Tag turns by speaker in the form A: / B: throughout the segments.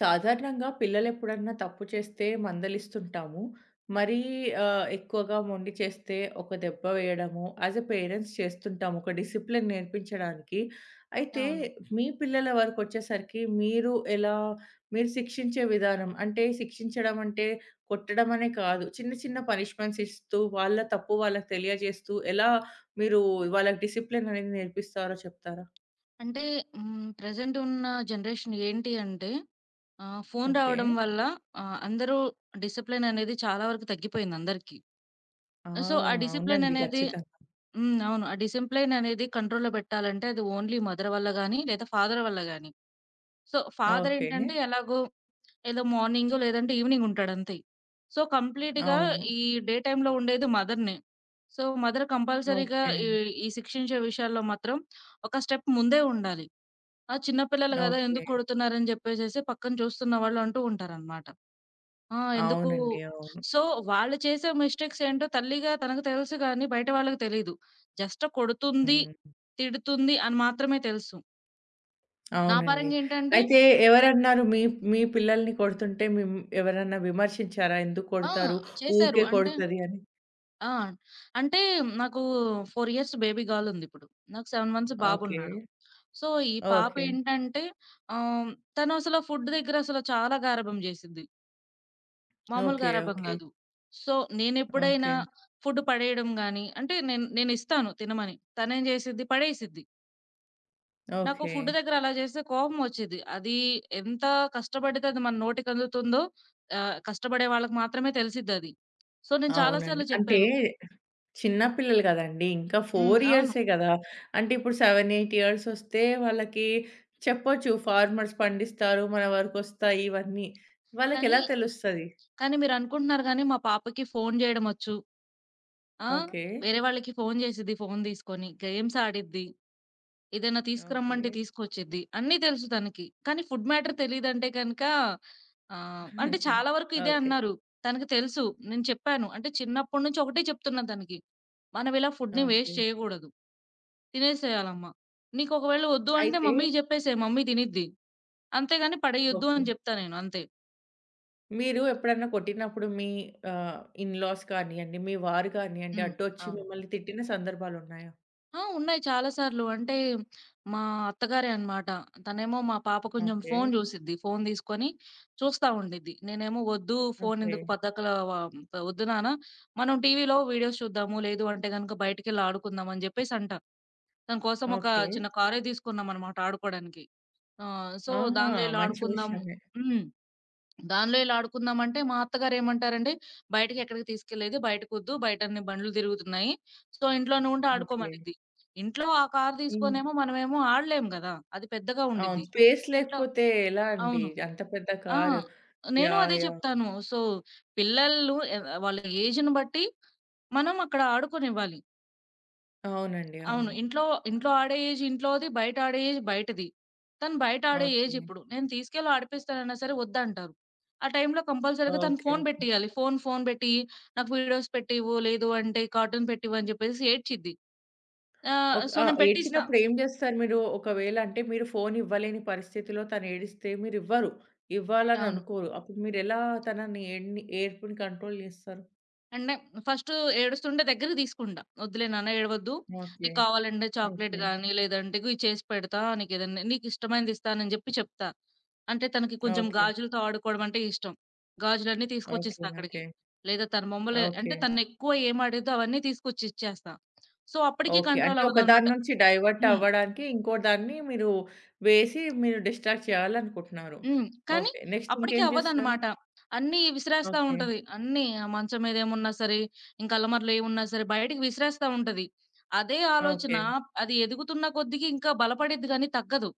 A: సాధారణంగా పిల్లలెప్పుడన్నా తప్పు చేస్తే మందలిస్తుంటాము. మరీ ఎక్కువగా మొండి చేస్తే ఒక దెబ్బ వేయడము యాజ్ ఎ పేరెంట్స్ చేస్తుంటాము. ఒక డిసిప్లిన్ నేర్పించడానికి. అయితే
B: అవును.
A: మీ పిల్లల వరకొచ్చేసరికి మీరు మీరు శిక్షించే విధానం అంటే శిక్షించడం అంటే కొట్టడం అనే కాదు. చిన్న చిన్న పనిష్మెంట్స్ ఇస్తూ వాళ్ళ తప్పు వాళ్ళకి తెలియజేస్తూ ఎలా మీరు వాళ్ళకి డిసిప్లిన్ అనేది నేర్పిస్తారో చెప్తారా?
B: అంటే హ్మ్. ప్రెజెంట్ ఉన్న జనరేషన్ ఏంటి అంటే ఫోను
A: ఓకే.
B: రావడం వల్ల అందరూ డిసిప్లిన్ అనేది చాలా వరకు తగ్గిపోయింది అందరికీ.
A: ఆ!
B: సో, ఆ డిసిప్లిన్
A: అవునండి.
B: అనేది
A: ఖచ్చితంగా.
B: హ్మ్. అవును. ఆ డిసిప్లిన్ అనేది కంట్రోల్‌లో పెట్టాలంటే అది ఓన్లీ మదర్ వల్ల గానీ, లేదా ఫాదర్ వల్ల గానీ. So, father
A: okay.
B: ఏంటంటే ఎలాగో ఏదో మార్నింగో లేదంటే ఈవినింగ్ ఉంటాడంతే. సో, కంప్లీట్‌గా
A: అవును.
B: ఈ డే టైమ్‌లో ఉండేది మదర్‌నే. సో, మదర్ కంపల్సరీగా
A: ఓకే.
B: ఈ ఈ శిక్షించే విషయాల్లో మాత్రం ఒక స్టెప్ ముందే ఉండాలి. ఆ! చిన్న పిల్లలు గదా!
A: ఓకే.
B: ఎందుకు కొడుతున్నారని జెప్పేసేసి పక్కన చూస్తున్న వాళ్ళంటూ ఉంటారనమాట. ఆ! ఎందుకు
A: అవునండి. అవును.
B: సో, వాళ్ళు చేసే మిస్టేక్స్ ఏంటో తల్లిగా తనకు తెలుసు గానీ, బయట వాళ్ళకి తెలీదు. జస్ట్ కొడుతుంది,
A: హ్మ్.
B: తిడుతుంది అని మాత్రమే తెలుసు. నా
A: అవునండి.
B: పరంగా ఏంటంటే
A: అయితే ఎవరన్నారు మీ మీ పిల్లల్ని కొడుతుంటే ఎవరన్నా విమర్శించారా? ఎందుకు
B: ఆ!
A: కొడతారు?
B: చేశారు.
A: ఊరికే
B: అంటే
A: కొడతది అని.
B: ఆ! అంటే నాకు 4 ఇయర్స్ బేబీ గర్ల్ ఉందిప్పుడు. నాకు 7 మంత్స్
A: ఓకే.
B: బాబున్నాడు. సో, ఈ పాప
A: ఓకే.
B: ఏంటంటే ఆహ్, తను అసలు ఫుడ్ దగ్గర అసలు చాలా గారాబం జేసిద్ది. మామూలుగా
A: ఓకే.
B: గారాబం
A: ఓకే.
B: గాదు. So, నేనెప్పుడైనా
A: okay.
B: ఫుడ్ పడేయడం గాని అంటే నేనిస్తాను తినమని. తనేం జేసిద్ది పడేసిద్ది. నాకు
A: ఓకే.
B: ఫుడ్ దగ్గర అలా జేస్తే కోపమొచ్చిద్ది. అది ఎంత కష్టపడితే అది మన నోటికందుతుందో కష్టపడే వాళ్ళకి మాత్రమే తెలిసిద్దది. సో, నేను చాలా
A: అవునండి.
B: సార్లు
A: అంటే
B: చెప్పాను.
A: చిన్న పిల్లలు గదండీ! ఇంకా
B: హ్మ్.
A: 4
B: అవును.
A: ఇయర్సే గదా! అంటే ఇప్పుడు 7, 8 ఇయర్స్ ఒస్తే వాళ్ళకి చెప్పొచ్చు. ఫార్మర్స్ పండిస్తారు. మన వరకొస్తాయి ఇవన్నీ.
B: కానీ,
A: వాళ్ళకెలా తెలుస్తది?
B: కానీ మీరనుకుంటున్నారు గానీ మా పాపకి ఫోను జేయడమొచ్చు. ఆ!
A: ఓకే.
B: వేరే వాళ్ళకి ఫోను జేసిద్ది ఫోను దీసుకొని, గేమ్స్ ఆడిద్ది. ఏదైనా
A: ఓకే.
B: తీసుకురమ్మంటే తీసుకొచ్చిద్ది. అన్నీ తెలుసు తనకి. కానీ ఫుడ్ మ్యాటర్ తెలీదంటే గనక అంటే చాలా వరకు ఇదే
A: ఓకే.
B: అన్నారు. తనకి తెలుసు. నేను చెప్పాను. అంటే చిన్నప్పటి నుంచి ఒకటే చెప్తున్నా తనకి. మనం ఇలా ఫుడ్‌ని వేస్ట్
A: ఓకే.
B: చేయకూడదు. తినేసేయాలమ్మ. నీకొకవేళ వద్దు అంటే
A: అయితే
B: మమ్మీకి జెప్పేసేయి. మమ్మీ తినిద్ది. అంతేగాని పడేయొద్దు
A: ఓకే.
B: అని జెప్తా నేను అంతే.
A: మీరు ఎప్పుడన్నా కొట్టినప్పుడు మీ ఇన్‌లాస్ కానియ్యండి, మీ వారు కానియ్యండి,
B: హ్మ్.
A: అడ్డొచ్చి
B: అవును.
A: మిమ్మల్ని తిట్టిన సందర్భాలున్నాయా?
B: ఆ! ఉన్నాయి చాలా సార్లు. అంటే మా అత్తగారే అన్నమాట. తనేమో మా పాప కొంచెం
A: ఓకే.
B: ఫోను జూసిద్ది. ఫోను తీసుకొని చూస్తా ఉండిద్ది. నేనేమో "వద్దు ఫోను
A: ఓకే.
B: ఎందుకు పద్దకలా వ వద్దు నాన్న మనం టీవీలో వీడియోస్ చూద్దాము. లేదు అంటే గనుక బయటికెళ్ళి ఆడుకుందాం" అని జెప్పేసి అంటా. తన కోసం ఒక
A: ఓకే.
B: చిన్న కారే తీసుకున్నామన్నమాట ఆడుకోవడానికి. సో,
A: ఆహా!
B: దానిలో ఇలా
A: మంచి
B: ఆడుకుందాం
A: విషయమే.
B: హ్మ్. దానిలో ఇలా ఆడుకుందామంటే, మా అత్తగారు ఏమంటారండి, "బయటకెక్కడికి తీసుకెళ్ళేది, బయటకొద్దు. బయటన్ని బండ్లు తిరుగుతున్నాయి. సో, ఇంట్లోనే ఉండి
A: ఓకే.
B: ఆడుకోమనిద్ది." ఇంట్లో ఆ కారు
A: హ్మ్.
B: తీసుకొనేమో మనమేమో ఆడలేం గదా! అది పెద్దగా
A: అవును.
B: ఉండిద్ది.
A: స్పేస్
B: ఇంట్లో
A: లేకపోతే ఎలా అండి?
B: అవును.
A: అంత పెద్ద
B: ఆ!
A: కారు.
B: నేను
A: యాహ్!
B: అదే
A: యాహ్!
B: చెప్తాను. సో, పిల్లలు ఎ వాళ్ళ ఏజ్‌ని బట్టి మనం అక్కడ ఆడుకోనివ్వాలి.
A: అవునండి.
B: అవును.
A: అవును.
B: ఇంట్లో ఇంట్లో ఆడే ఏజ్ ఇంట్లోది, బయట ఆడే ఏజ్ బయటది. తను బయట ఆడే ఏజ్
A: ఓకే.
B: ఇప్పుడు. నేను తీసుకెళ్ళి ఆడిపిస్తానన్నా సరే వద్దంటారు. ఆ టైంలో కంపల్సరీగా తను
A: ఓకే.
B: Phone
A: okay.
B: పెట్టియాలి. ఫోను పెట్టి నాకు వీడియోస్ పెట్టివ్వు, లేదు అంటే కార్టూన్ పెట్టివ్వు అని చెప్పేసి ఏడ్చిద్ది.
A: ఒక
B: సో
A: ఆ!
B: నేను పెట్టిస్తా.
A: ఏడ్చినప్పుడు ఏం జేస్తారు మీరు? ఒకవేళ అంటే మీరు ఫోను ఇవ్వలేని పరిస్థితిలో తను ఏడిస్తే మీరివ్వరు. ఇవ్వాలని
B: అవును.
A: అనుకోరు. అప్పుడు మీరెలా తనని ఏడ్పుని కంట్రోల్ జేస్తారు?
B: అంటే ఫస్టు ఏడుస్తుంటే దగ్గరికి తీసుకుంటా. "వద్దులే నాన్న ఏడవద్దు.
A: ఓకే.
B: నీకు కావాలంటే చాక్లేట్
A: ఓకే.
B: గానీ, లేదంటే ఇగో ఇది చేసి పెడతా. నీకేదన్నా నీకిష్టమైనది ఇస్తానని" జెప్పి చెప్తా. అంటే తనకి కొంచెం
A: ఓకే.
B: గాజులతో ఆడుకోవడం అంటే ఇష్టం. గాజులన్నీ
A: ఓకే.
B: తీసుకొచ్చిస్తా అక్కడికి.
A: ఓకే.
B: లేదా తన బొమ్మలే అంటే
A: ఓకే.
B: తనెక్కువ ఏం అడిగిద్దో అవన్నీ తీసుకొచ్చి ఇచ్చేస్తా. సో, అప్పటికి
A: ఓకే.
B: కంట్రోల్
A: అంటే ఒక
B: అవ్వదనమాట.
A: దాని నుంచి డైవర్ట్
B: హ్మ్.
A: అవ్వడానికి ఇంకో దాన్ని వేసి మీరు డిస్ట్రాక్ట్ చేయాలనుకుంటున్నారు.
B: హ్మ్. కానీ
A: ఓకే. నెక్స్ట్
B: అప్పటికి
A: ఇంకేం జేస్తారు?
B: అవ్వదనమాట. అన్నీ విసిరేస్తా
A: ఓకే.
B: ఉంటది. అన్నీ ఆ మంచం మీదేమున్నా సరే, ఇంకా అలమరలో ఏమున్నా సరే బయటికి విసిరేస్తా ఉంటది. అదే ఆలోచన
A: ఓకే.
B: అది ఎదుగుతున్న కొద్దికి ఇంకా బలపడిద్ది గానీ తగ్గదు.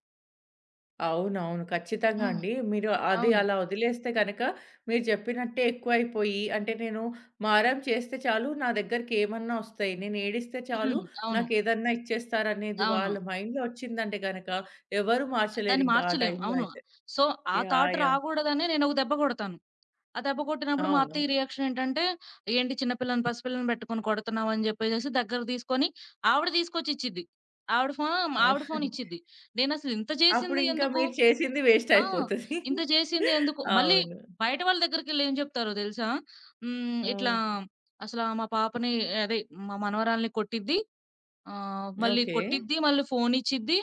A: అవునవును. ఖచ్చితంగా
B: హ్మ్.
A: అండి. మీరు అది
B: అవును.
A: అలా వదిలేస్తే గనక మీరు చెప్పినట్టే ఎక్కువైపోయి అంటే నేను మారం చేస్తే చాలు నా దగ్గరికేమన్నా ఒస్తాయి. నేను ఏడిస్తే చాలు
B: హ్మ్. అవును.
A: నాకేదన్నా ఇచ్చేస్తారనేది
B: అవును.
A: వాళ్ళ మైండ్‌లో ఒచ్చిందంటే గనక ఎవరు
B: దాన్ని
A: మార్చలేరింకా ఆ
B: మార్చలేం.
A: టైంలో
B: అవును.
A: అయితే.
B: సో, ఆ థాట్
A: యాహ్! యాహ్!
B: రాగూడదనే నేనొక దెబ్బ కొడతాను. ఆ దెబ్బ కొట్టినప్పుడు మా
A: అవును.
B: అత్తయ్య రియాక్షన్ ఏంటంటే, "ఏంటి చిన్న పిల్లని పసిపిల్లని పెట్టుకొని కొడుతున్నావు" అని జెప్పేసేసి దగ్గర తీసుకొని ఆవిడ తీసుకొచ్చి ఇచ్చిద్ది. ఆవిడ ఫోన్ ఆవిడ ఫోన్ ఇచ్చిద్ది. నేనసలు ఇంత జేసింది
A: అప్పుడింకా
B: ఎందుకు?
A: మీరు చేసింది వేస్ట్
B: ఆ!
A: అయిపోతది.
B: ఇంత జేసింది ఎందుకు? మళ్ళీ
A: అవును.
B: బయట వాళ్ళ దగ్గరికెళ్ళి ఏం జెప్తారో దెలుసా? హ్మ్.
A: ఆ!
B: ఇట్లా అసలా మా పాపని అదే మా మనవరాల్ని కొట్టిద్ది. మళ్ళీ
A: ఓకే.
B: కొట్టిద్ది. మళ్ళీ ఫోన్ ఇచ్చిద్ది.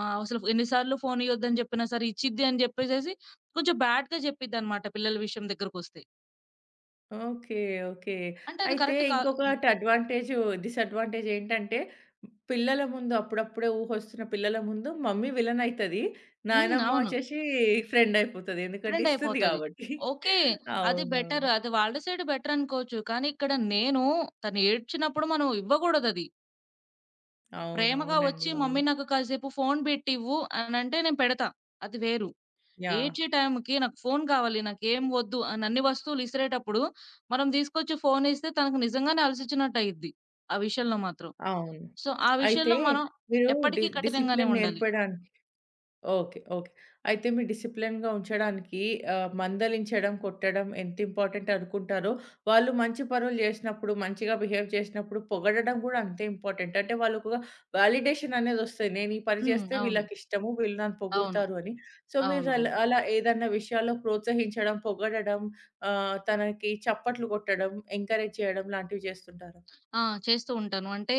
B: అసలు ఎన్ని సార్లు ఫోన్ ఇయ్యొద్దని జెప్పినా సరే ఇచ్చిద్ది అని జెప్పేసేసి కొంచెం బ్యాడ్‌గా జెప్పిద్దనమాట పిల్లల విషయం దగ్గరకొస్తే.
A: ఓకే. ఓకే.
B: అంటే అది
A: అయితే
B: కరెక్ట్ కా హ్మ్.
A: ఇంకొకటి అడ్వాంటేజు, డిసడ్వాంటేజ్ ఏంటంటే, పిల్లల ముందు అప్పుడప్పుడే ఊహొస్తున్న పిల్లల ముందు మమ్మీ విలన్ అయితది.
B: హ్మ్.
A: నాయనమ్మ
B: అవును.
A: వచ్చేసి ఫ్రెండ్ అయిపోతది. ఎందుకంటే
B: ట్రెండ్
A: ఇస్తుంది
B: అయిపోతది.
A: కాబట్టి.
B: ఓకే. అది బెటర్.
A: అవునవును.
B: అది వాళ్ళ సైడ్ బెటర్ అనుకోవచ్చు. కానీ ఇక్కడ నేను తను ఏడ్చినప్పుడు మనం ఇవ్వకూడదది. ప్రేమగా
A: అవునవునండి.
B: వచ్చి మమ్మీ
A: అవును.
B: నాకు కాసేపు ఫోను పెట్టివ్వు అనంటే నేను పెడతా. అది వేరు.
A: యాహ్!
B: ఏడ్చే టైంకి నాకు ఫోను కావాలి. నాకేం వద్దు అని అన్ని వస్తువులు ఇసిరేటప్పుడు మనం తీసుకొచ్చి ఫోనిస్తే తనకు నిజంగానే అలసిచ్చినట్టు అయ్యిద్ది. ఆ విషయంలో మాత్రం.
A: అవును.
B: సో, ఆ
A: అయితే
B: విషయంలో మనం
A: మీరు
B: ఎప్పటికీ కఠినంగానే
A: డిసిప్లిన్
B: ఉండాలి.
A: నేర్పడా ఓకే. ఓకే. అయితే మీరు డిసిప్లిన్‌గా ఉంచడానికి మందలించడం, కొట్టడం ఎంత ఇంపార్టెంట్ అనుకుంటారో, వాళ్ళు మంచి పనులు చేసినప్పుడు, మంచిగా బిహేవ్ చేసినప్పుడు పొగడడం కూడా అంతే ఇంపార్టెంట్. అంటే వాళ్ళకు ఒక వాలిడేషన్ అనేదొస్తది. నేను ఈ పని
B: హ్మ్.
A: చేస్తే
B: అవును.
A: వీళ్ళకిష్టము, వీళ్ళు నన్ను
B: అవును.
A: పొగుడుతారు అని. సో, మీరు
B: అవునవును.
A: అలా అలా ఏదన్నా విషయాల్లో ప్రోత్సహించడం, పొగడడం, తనకి చప్పట్లు కొట్టడం, ఎంకరేజ్ చేయడం లాంటివి చేస్తుంటారా?
B: ఆ! చేస్తూ ఉంటాను. అంటే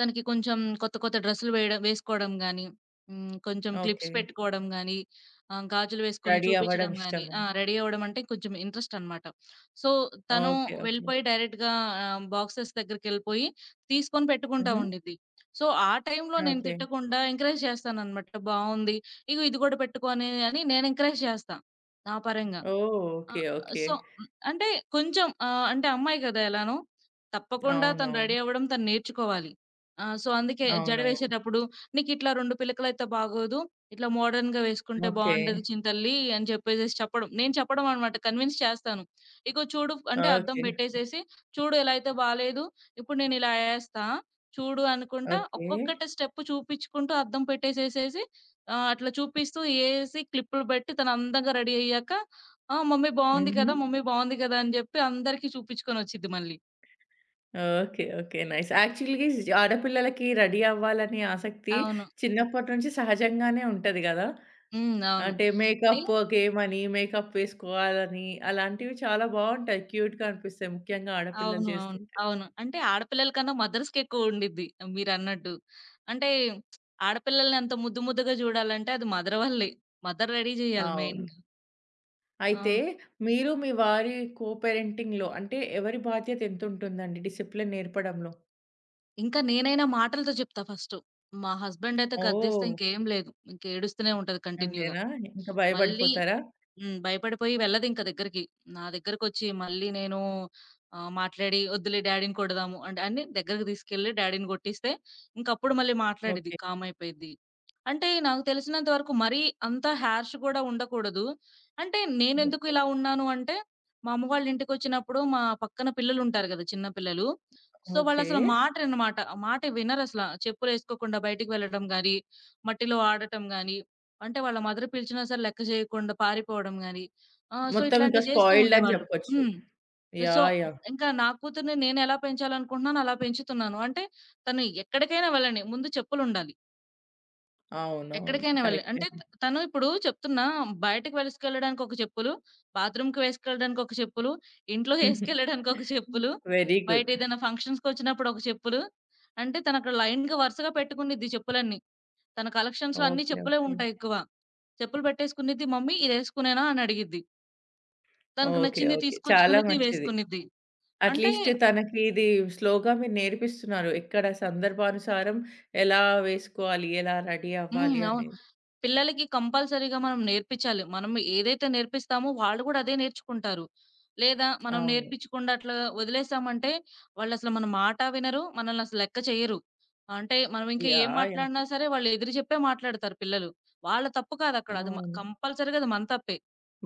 B: తనకి కొంచెం కొత్త కొత్త డ్రెస్సులు వేయడం వేసుకోవడం గాని, హ్మ్. కొంచెం క్లిప్స్
A: ఓకే.
B: పెట్టుకోవడం గాని, గాజులు వేసుకొని
A: రెడీ
B: చూపించడం
A: అవ్వడం
B: గాని,
A: ఇష్టమా?
B: ఆ! రెడీ అవ్వడం అంటే కొంచెం ఇంట్రెస్ట్ అనమాట. సో, తను
A: ఓకే. ఓకే.
B: వెళ్ళిపోయి డైరెక్ట్‌గా బాక్సెస్ దగ్గరికెళ్ళిపోయి తీసుకొని పెట్టుకుంటా
A: హుహు.
B: ఉండిద్ది. సో, ఆ టైంలో నేను
A: ఓకే.
B: తిట్టకుండా ఎంకరేజ్ చేస్తాననమాట. బావుంది. ఇగో ఇది కూడా పెట్టుకో అని అని నేను ఎంకరేజ్ చేస్తా. నా పరంగా.
A: ఓహ్!
B: ఆ!
A: ఓకే. ఓకే.
B: సో, హ్మ్. అంటే కొంచెం అంటే అమ్మాయి కదా ఎలానో. తప్పకుండా తను
A: అవునవును.
B: రెడీ అవ్వడం తను నేర్చుకోవాలి. ఆ! సో, అందుకే
A: అవునవును.
B: జడవేసేటప్పుడు "నీకిట్లా 2 పిలకలైతే బాగోదు. ఇట్లా మోడర్న్‌గా వేసుకుంటే
A: ఓకే.
B: బావుండదు చింతల్లి" అని చెప్పేసేసి చెప్పడం. నేను చెప్పడం అనమాట కన్విన్స్ చేస్తాను. "ఇగో చూడు" అంటే అద్దం
A: ఓకే.
B: పెట్టేసేసి "చూడు ఇలా అయితే బాలేదు. ఇప్పుడు నేనిలా ఏస్తా. చూడు" అనుకుంటా
A: ఓకే.
B: ఒక్కొక్కటి స్టెప్ చూపించుకుంటూ అద్దం పెట్టేసేసేసి అట్లా చూపిస్తూ ఏసి క్లిప్పులు బెట్టి తను అందంగా రెడీ అయ్యాక ఆ! మమ్మీ బావుంది
A: హుహు.
B: కదా! మమ్మీ బావుంది కదా! అని జెప్పి అందరికీ చూపిచ్చుకొనొచ్చిద్ది మళ్ళీ.
A: ఓకే. ఓకే. నైస్. యాక్చువల్‌గా ఆడపిల్లలకి రెడీ అవ్వాలనే ఆసక్తి
B: అవును.
A: చిన్నప్పటి నుంచి సహజంగానే ఉంటది గదా!
B: హ్మ్. అవును.
A: అంటే
B: అంటే
A: మేకప్ గేమ్ అని, మేకప్ వేసుకోవాలని అలాంటివి చాలా బావుంటాయి. క్యూట్‌గా అనిపిస్తాయి. ముఖ్యంగా ఆడపిల్లలు
B: అవును. అవును.
A: చేస్తుంటే.
B: అవును. అంటే ఆడపిల్లల కన్నా మదర్స్‌కెక్కువుండిద్ది మీరన్నట్టు. అంటే ఆడపిల్లల్ని అంత ముద్దు ముద్దుగా జూడాలంటే అది మదర్ వల్లే. మదర్ రెడీ జేయాలి
A: అవును.
B: మెయిన్‌గా.
A: అయితే
B: అవును.
A: మీరు మీ వారి కో పేరెంటింగ్‌లో అంటే ఎవరి బాధ్యత ఎంతుంటుందండి డిసిప్లిన్ నేర్పడంలో?
B: ఇంకా నేనైనా మాటలతో చెప్తా ఫస్టు. మా హస్బెండ్ అయితే గద్దిస్తే
A: ఓహ్!
B: ఇంకేం లేదు. ఇంకేడుస్తూనే ఉంటది కంటిన్యూ‌గా.
A: అంతేనా? ఇంక
B: మళ్ళీ
A: భయపడిపోతారా?
B: హ్మ్. భయపడిపోయి వెళ్ళదింక దగ్గరికి. నా దగ్గరకొచ్చి మళ్ళీ నేను మాట్లాడి "ఒద్దులే డాడీని కొడదాము" అని దగ్గరికి తీసుకెళ్ళి డాడీని కొట్టిస్తే ఇంకప్పుడు మళ్ళీ మాట్లాడిద్ది.
A: ఓకే.
B: కామ్ అయిపోయిద్ది. అంటే నాకు తెలిసినంత వరకు మరీ అంత హార్ష్ గూడా ఉండకూడదు. అంటే నేనెందుకు
A: ఓకే.
B: ఇలా ఉన్నాను అంటే, మా అమ్మ వాళ్ళ ఇంటికొచ్చినప్పుడు మా పక్కన పిల్లలుంటారు గదా! చిన్న పిల్లలు. So,
A: okay.
B: వాళ్ళసలు మాటరినమాట. మాట వినరసల. చెప్పులేసుకోకుండా బయటికి వెళ్ళడం గాని, మట్టిలో ఆడటం గాని అంటే వాళ్ళ మదర్ పిలిచినా సరే లెక్క చేయకుండా పారిపోవడం గాని, సో,
A: మొత్తం ఇంకా
B: ఇట్లాంటివి చేస్తూ
A: స్పాయిల్డ్ అని
B: ఉండేవాళ్ళు.
A: చెప్పొచ్చు.
B: హ్మ్. So,
A: yeah! యాహ్!
B: ఇంకా నా కూతుర్ని నేనెలా పెంచాలనుకుంటున్నానో అలా పెంచుతున్నాను. అంటే తను ఎక్కడికైనా వెళ్ళని ముందు చెప్పులుండాలి.
A: అవునవును.
B: ఎక్కడికైనా వెళ్ళని.
A: కరెక్టే.
B: అంటే తను ఇప్పుడు చెప్తున్నా బయటకి వేసుకెళ్ళడానికి ఒక చెప్పులు, బాత్రూమ్‌కి వేసుకెళ్ళడానికి ఒక చెప్పులు, ఇంట్లో ఏసుకెళ్ళడానికి ఒక చెప్పులు,
A: వెరీ
B: బయట
A: గుడ్.
B: ఏదైనా ఫంక్షన్స్‌కొచ్చినప్పుడు ఒక చెప్పులు. అంటే తనక్కడ లైన్‌గా వరుసగా పెట్టుకునిద్ది చెప్పులన్నీ. తన కలెక్షన్స్‌లో అన్ని
A: ఓకే.
B: చెప్పులే
A: ఓకే.
B: ఉంటాయి ఎక్కువ. చెప్పులు పెట్టేసుకునిద్ది మమ్మీ ఇదేసుకునేనా అని అడిగిద్ది. తనకు
A: ఓకే.
B: నచ్చింది
A: ఓకే. చాలా
B: తీసుకొచ్చుకునిద్ది
A: మంచిది.
B: వేసుకునిద్ది. అంటే
A: అట్‌లీస్ట్ తనకి ఇది స్లోగా మీరు నేర్పిస్తున్నారు. ఎక్కడ సందర్భానుసారం ఎలా వేసుకోవాలి, ఎలా రెడీ
B: హ్మ్.
A: అవ్వాలి
B: అవును.
A: అనేది.
B: పిల్లలకి కంపల్సరీగా మనం నేర్పించాలి. మనం ఏదైతే నేర్పిస్తామో వాళ్ళు కూడా అదే నేర్చుకుంటారు. లేదా మనం
A: అవును.
B: నేర్పించకుండా అట్లా వదిలేసామంటే వాళ్ళసలు మన మాట వినరు. మనల్ని అసలు లెక్క చేయరు. అంటే మనం ఇంకా
A: యాహ్!
B: ఏం
A: యాహ్!
B: మాట్లాడినా సరే వాళ్ళు ఎదురు చెప్పే మాట్లాడతారు పిల్లలు. వాళ్ళ తప్పు కాదక్కడ. అది మ
A: అవును.
B: కంపల్సరీగా అది మన తప్పే.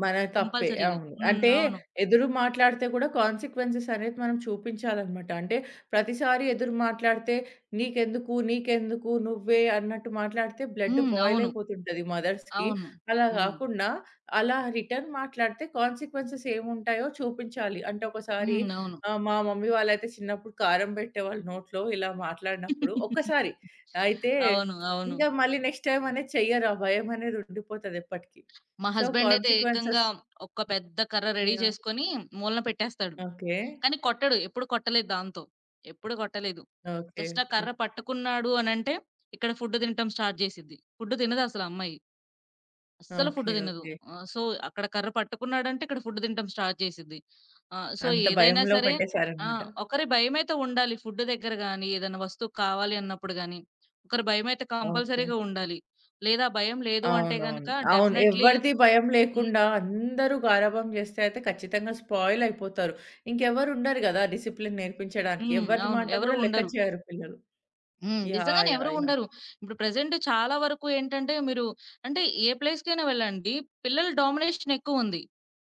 A: మన తప్పే.
B: కంపల్సరీగా.
A: అవును.
B: హ్మ్.
A: అంటే
B: అవును.
A: ఎదురు మాట్లాడితే కూడా కాన్సిక్వెన్సెస్ అనేది మనం చూపించాలనమాట. అంటే ప్రతిసారి ఎదురు మాట్లాడితే "నీకెందుకు? నీకెందుకు? నువ్వే" అన్నట్టు మాట్లాడితే బ్లడ్
B: హ్మ్.
A: బాయిల్
B: అవును.
A: అయిపోతుంటది మదర్స్‌కి.
B: అవును.
A: అలా
B: హ్మ్.
A: గాకుండా అలా రిటర్న్ మాట్లాడితే కాన్సిక్వెన్సెస్ ఏముంటాయో చూపించాలి. అంటే ఒకసారి
B: హ్మ్. అవును.
A: మా మమ్మీ వాళ్ళైతే చిన్నప్పుడు కారం బెట్టేవాళ్ళు నోట్లో ఇలా మాట్లాడినప్పుడు. ఒక్కసారి అయితే
B: అవును. అవును.
A: ఇంకా మళ్ళీ నెక్స్ట్ టైమ్ అనేది చెయ్యరు. ఆ భయం అనేది ఉండిపోతది ఎప్పటికి.
B: మా
A: సో,
B: హస్బెండ్ అయితే ఏకంగా
A: కాన్సిక్వెన్సెస్
B: ఒక పెద్ద కర్ర రెడీ
A: యాహ్!
B: చేసుకొని మూలన పెట్టేస్తాడు.
A: ఓకే.
B: కానీ కొట్టడు. ఎప్పుడు కొట్టలేదు దాంతో. ఎప్పుడు కొట్టలేదు.
A: ఓకే.
B: జస్ట్ ఆ
A: ఓకే.
B: కర్ర పట్టుకున్నాడు అనంటే ఇక్కడ ఫుడ్ తినటం స్టార్ట్ చేసిద్ది. ఫుడ్ తినదసల ఆ అమ్మాయి. అస్సలు ఫుడ్
A: ఓకే.
B: తినదు.
A: ఓకే.
B: సో, అక్కడ కర్ర పట్టుకున్నాడంటే ఇక్కడ ఫుడ్ తినటం స్టార్ట్ చేసిద్ది. సో,
A: అంత
B: ఏదైనా
A: భయంలో
B: సరే ఆ!
A: పెట్టేసారనమాట.
B: ఒకరి భయమైతే ఉండాలి. ఫుడ్ దగ్గర గాని, ఏదైనా వస్తువు కావాలి అన్నప్పుడు గాని, ఒకరి భయమైతే
A: ఓకే.
B: కంపల్సరీగా ఉండాలి. లేదా భయం లేదు అంటే గనక
A: అవునవును. అవును.
B: డెఫినైట్‌లీ
A: ఎవరిది భయం
B: హ్మ్.
A: లేకుండా అందరూ గారాబం చేస్తే అయితే ఖచ్చితంగా స్పాయిల్ అయిపోతారు. ఇంకెవరు ఉండరు గదా! డిసిప్లిన్ నేర్పించడానికి.
B: హ్మ్.
A: ఎవరి
B: అవును.
A: మాట
B: ఎవరు
A: కూడా లెక్క
B: ఉండరు.
A: చేయరు పిల్లలు.
B: హ్మ్.
A: యాహ్!
B: నిజంగానే ఎవరు
A: యాహ్! యాహ్!
B: ఉండరు. ఇప్పుడు ప్రెజెంట్ చాలా వరకు ఏంటంటే మీరు అంటే ఏ ప్లేస్‌కైనా వెళ్ళండి. పిల్లల డామినేషన్ ఎక్కువుంది.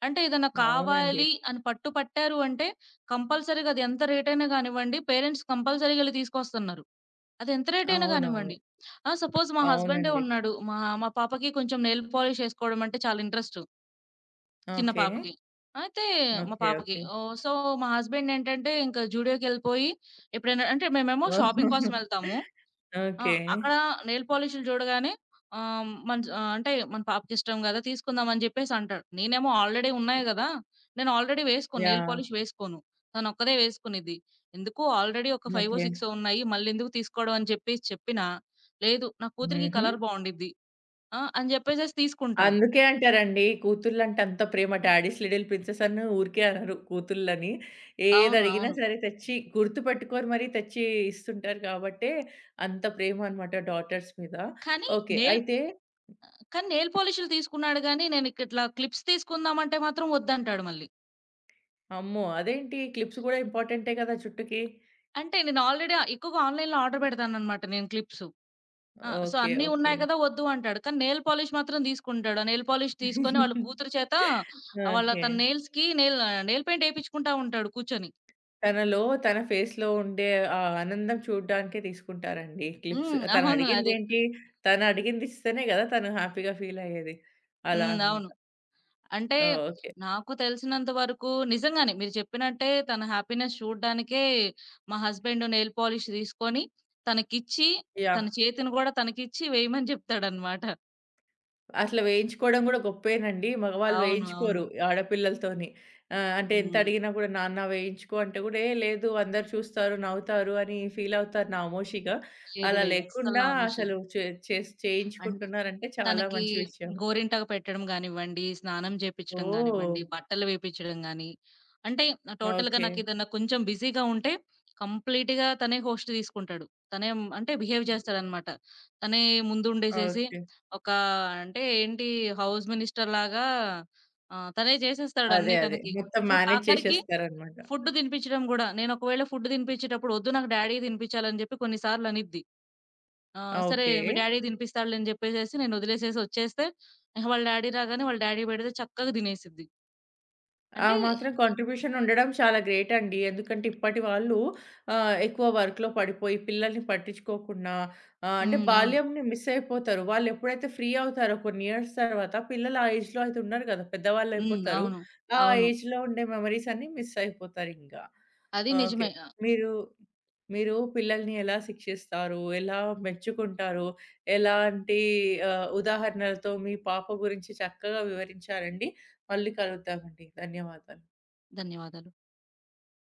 B: అంటే ఏదన్నా
A: అవునండి.
B: కావాలి అని పట్టు పట్టారు అంటే కంపల్సరీగా అది ఎంత రేటైనా గానివ్వండి పేరెంట్స్ కంపల్సరీగా ఎళ్లి తీసుకొస్తున్నారు. అది ఎంత రేటైనా
A: అవునవును.
B: గానివ్వండి. ఆ! సపోజ్ మా హస్బెండే
A: అవునండి.
B: ఉన్నాడు. మా మా పాపకి కొంచెం నెయిల్ పాలిష్ ఏసుకోవడం అంటే చాలా ఇంట్రెస్ట్ చిన్న
A: ఓకే.
B: పాపకి. అయితే మా
A: ఓకే.
B: పాపకి
A: ఓకే.
B: ఓహ్! సో, మా హస్బెండ్ ఏంటంటే ఇంకా జూడియోకెళ్ళిపోయి ఎప్పుడైనా అంటే మేమేమో షాపింగ్ కోసం ఎళ్తాము. ఆ!
A: ఓకే.
B: అక్కడ నెయిల్ పాలిష్‌లు చూడగానే ఆహ్, మన జ అంటే మన పాపకి ఇష్టం గదా! తీసుకుందాం అని జెప్పేసి అంటాడు. నేనేమో ఆల్రెడీ ఉన్నాయి గదా! నేను ఆల్రెడీ వేసుకోను. Nail
A: yeah!
B: పాలిష్ వేసుకోను. తనొక్కదే వేసుకునిద్ది. ఎందుకు ఆల్రెడీ ఒక 5ఓ,
A: ఓకే.
B: 6ఓ ఉన్నాయి. మళ్ళెందుకు తీసుకోవడం అని చెప్పేసి చెప్పినా, లేదు నా కూతురికి
A: హుహు.
B: కలర్ బావుండిద్ది. ఆ! అని జెప్పేసేసి తీసుకుంటాడు.
A: అందుకే అంటారండి. కూతుర్లంటే అంత ప్రేమ 'డాడీస్ లిటిల్ ప్రిన్సెస్' అని ఊరికే అనరు కూతుళ్ళని.
B: అవును.
A: ఏదడిగినా
B: అవును.
A: సరే తెచ్చి గుర్తుపెట్టుకొని మరీ తెచ్చి ఇస్తుంటారు కాబట్టే అంత ప్రేమ అనమాట డాటర్స్ మీద.
B: కానీ
A: ఓకే.
B: నెయిల్
A: అయితే
B: కానీ నెయిల్ పాలిష్‌లు తీసుకున్నాడు గానీ, నేను ఇక ఇట్లా క్లిప్స్ తీసుకుందామంటే మాత్రం వద్దంటాడు మళ్ళీ.
A: అమ్మో! అదేంటి క్లిప్స్ గూడా ఇంపార్టెంటే కదా జుట్టుకి.
B: అంటే నేను ఆల్రెడీ ఎక్కువగా ఆన్‌లైన్‌లో ఆర్డర్ పెడతాననమాట నేను క్లిప్స్. ఆ! So,
A: okay.
B: అన్నీ
A: ఓకే.
B: ఉన్నాయి కదా! వద్దు అంటాడు. కానీ నెయిల్ పాలిష్ మాత్రం తీసుకుంటాడు. ఆ నెయిల్ పాలిష్ తీసుకొని వాళ్ళ కూతురు చేత
A: ఓకే.
B: తన నెయిల్స్‌కి నెయిల్ పెయింట్ ఏపిచ్చుకుంటా ఉంటాడు కూర్చొని.
A: తనలో తన ఫేస్‌లో ఉండే ఆ ఆనందం చూడడానికే తీసుకుంటారండి క్లిప్స్.
B: హ్మ్. అవును. అదే.
A: తనడిగిందేంటి? తనడిగింది ఇస్తేనే గదా! తను హ్యాపీగా ఫీలయ్యేది. అలా
B: హ్మ్.
A: అన్నమాట.
B: అవును. అంటే
A: ఆ! ఓకే.
B: నాకు తెలిసినంత వరకు నిజంగానే మీరు చెప్పినట్టే తన హ్యాపీనెస్ చూడ్డానికే మా హస్బెండ్ నెయిల్ పాలిష్ తీసుకొని తనకిచ్చి, తన
A: యాహ్!
B: చేతిని గూడా తనకిచ్చి వేయమని చెప్తాడనమాట.
A: అట్లా వేయించుకోవడం గూడా గొప్పేనండి. మగవాళ్ళు
B: అవును. అవును.
A: వేయించుకోరు ఆడపిల్లలతోని. అంటే ఎంత
B: హ్మ్.
A: అడిగినా గూడా నాన్న వేయించుకో అంటే గూడా, ఏ లేదు అందరూ చూస్తారు, నవ్వుతారు అని ఫీలవుతారు నామోషీగా.
B: లేదు
A: అలా
B: లేదు. అస్సలు
A: లేకుండా
B: నమ్మషి
A: అసలు చే చేస్
B: అంటే
A: చేయించుకుంటున్నారంటే చాలా
B: తనకి
A: మంచి విషయమే.
B: గోరింటాకు పెట్టడం గానివ్వండి, స్నానం చేపిచ్చడం
A: ఓహ్!
B: గానివ్వండి, బట్టలు వేపిచ్చడం గాని, అంటే టోటల్‌గా
A: ఓకే.
B: నాకేదన్నా కొంచెం బిజీగా ఉంటే కంప్లీట్‌గా తనే హోస్ట్ తీసుకుంటాడు. అంటే బిహేవ్ చేస్తాడనమాట. తనే ముందుండేసేసి
A: ఓకే.
B: ఒక అంటే ఏంటి హౌస్ మినిస్టర్ లాగా తనే చేసేస్తాడు అన్నీ
A: అదే. అదే.
B: తనకి.
A: మొత్తం
B: ఫుడ్
A: మేనేజ్
B: ఆఖరికి
A: చేసేస్తారనమాట.
B: ఫుడ్ తినిపించడం గూడా. నేను ఒకవేళ ఫుడ్ తినిపించేటప్పుడు, "వద్దు నాకు డ్యాడీయే తినిపించాలి" అని చెప్పి కొన్ని సార్లు అనిద్ది. ఆ! సరే
A: ఓకే.
B: మీ డ్యాడీ తినిపిస్తాడులే అని జెప్పేసేసి నేనొదిలేసేసి ఒచ్చేస్తే, ఇహ వాళ్ళ డ్యాడీ రాగానే వాళ్ళ డ్యాడీ పెడితే చక్కగా తినేసిద్ది.
A: ఆ
B: అంటే
A: మాత్రం కాంట్రిబ్యూషన్ ఉండడం చాలా గ్రేట్ అండి. ఎందుకంటే ఇప్పటి వాళ్ళు ఎక్కువ వర్క్‌లో పడిపోయి పిల్లల్ని పట్టించుకోకుండా అంటే
B: హ్మ్. అవును.
A: బాల్యంని మిస్ అయిపోతారు. వాళ్ళు ఎప్పుడైతే ఫ్రీ అవుతారో కొన్ని ఇయర్స్ తర్వాత పిల్లలు ఆ ఏజ్‌లో అయితే ఉండరు కదా! పెద్దవాళ్ళు
B: హ్మ్.
A: అయిపోతారు.
B: అవును.
A: ఆ
B: అవును.
A: ఏజ్‌లో ఉండే మెమోరీస్ అన్నీ మిస్ అయిపోతారింకా.
B: అది
A: ఓకే.
B: నిజమే. ఆ!
A: మీరు మీరు పిల్లల్ని ఎలా శిక్షిస్తారు? ఎలా మెచ్చుకుంటారు? ఎలాంటి ఉదాహరణలతో మీ పాప గురించి చక్కగా వివరించారండి. మళ్ళీ కలుద్దామండి. ధన్యవాదాలు.
B: ధన్యవాదాలు.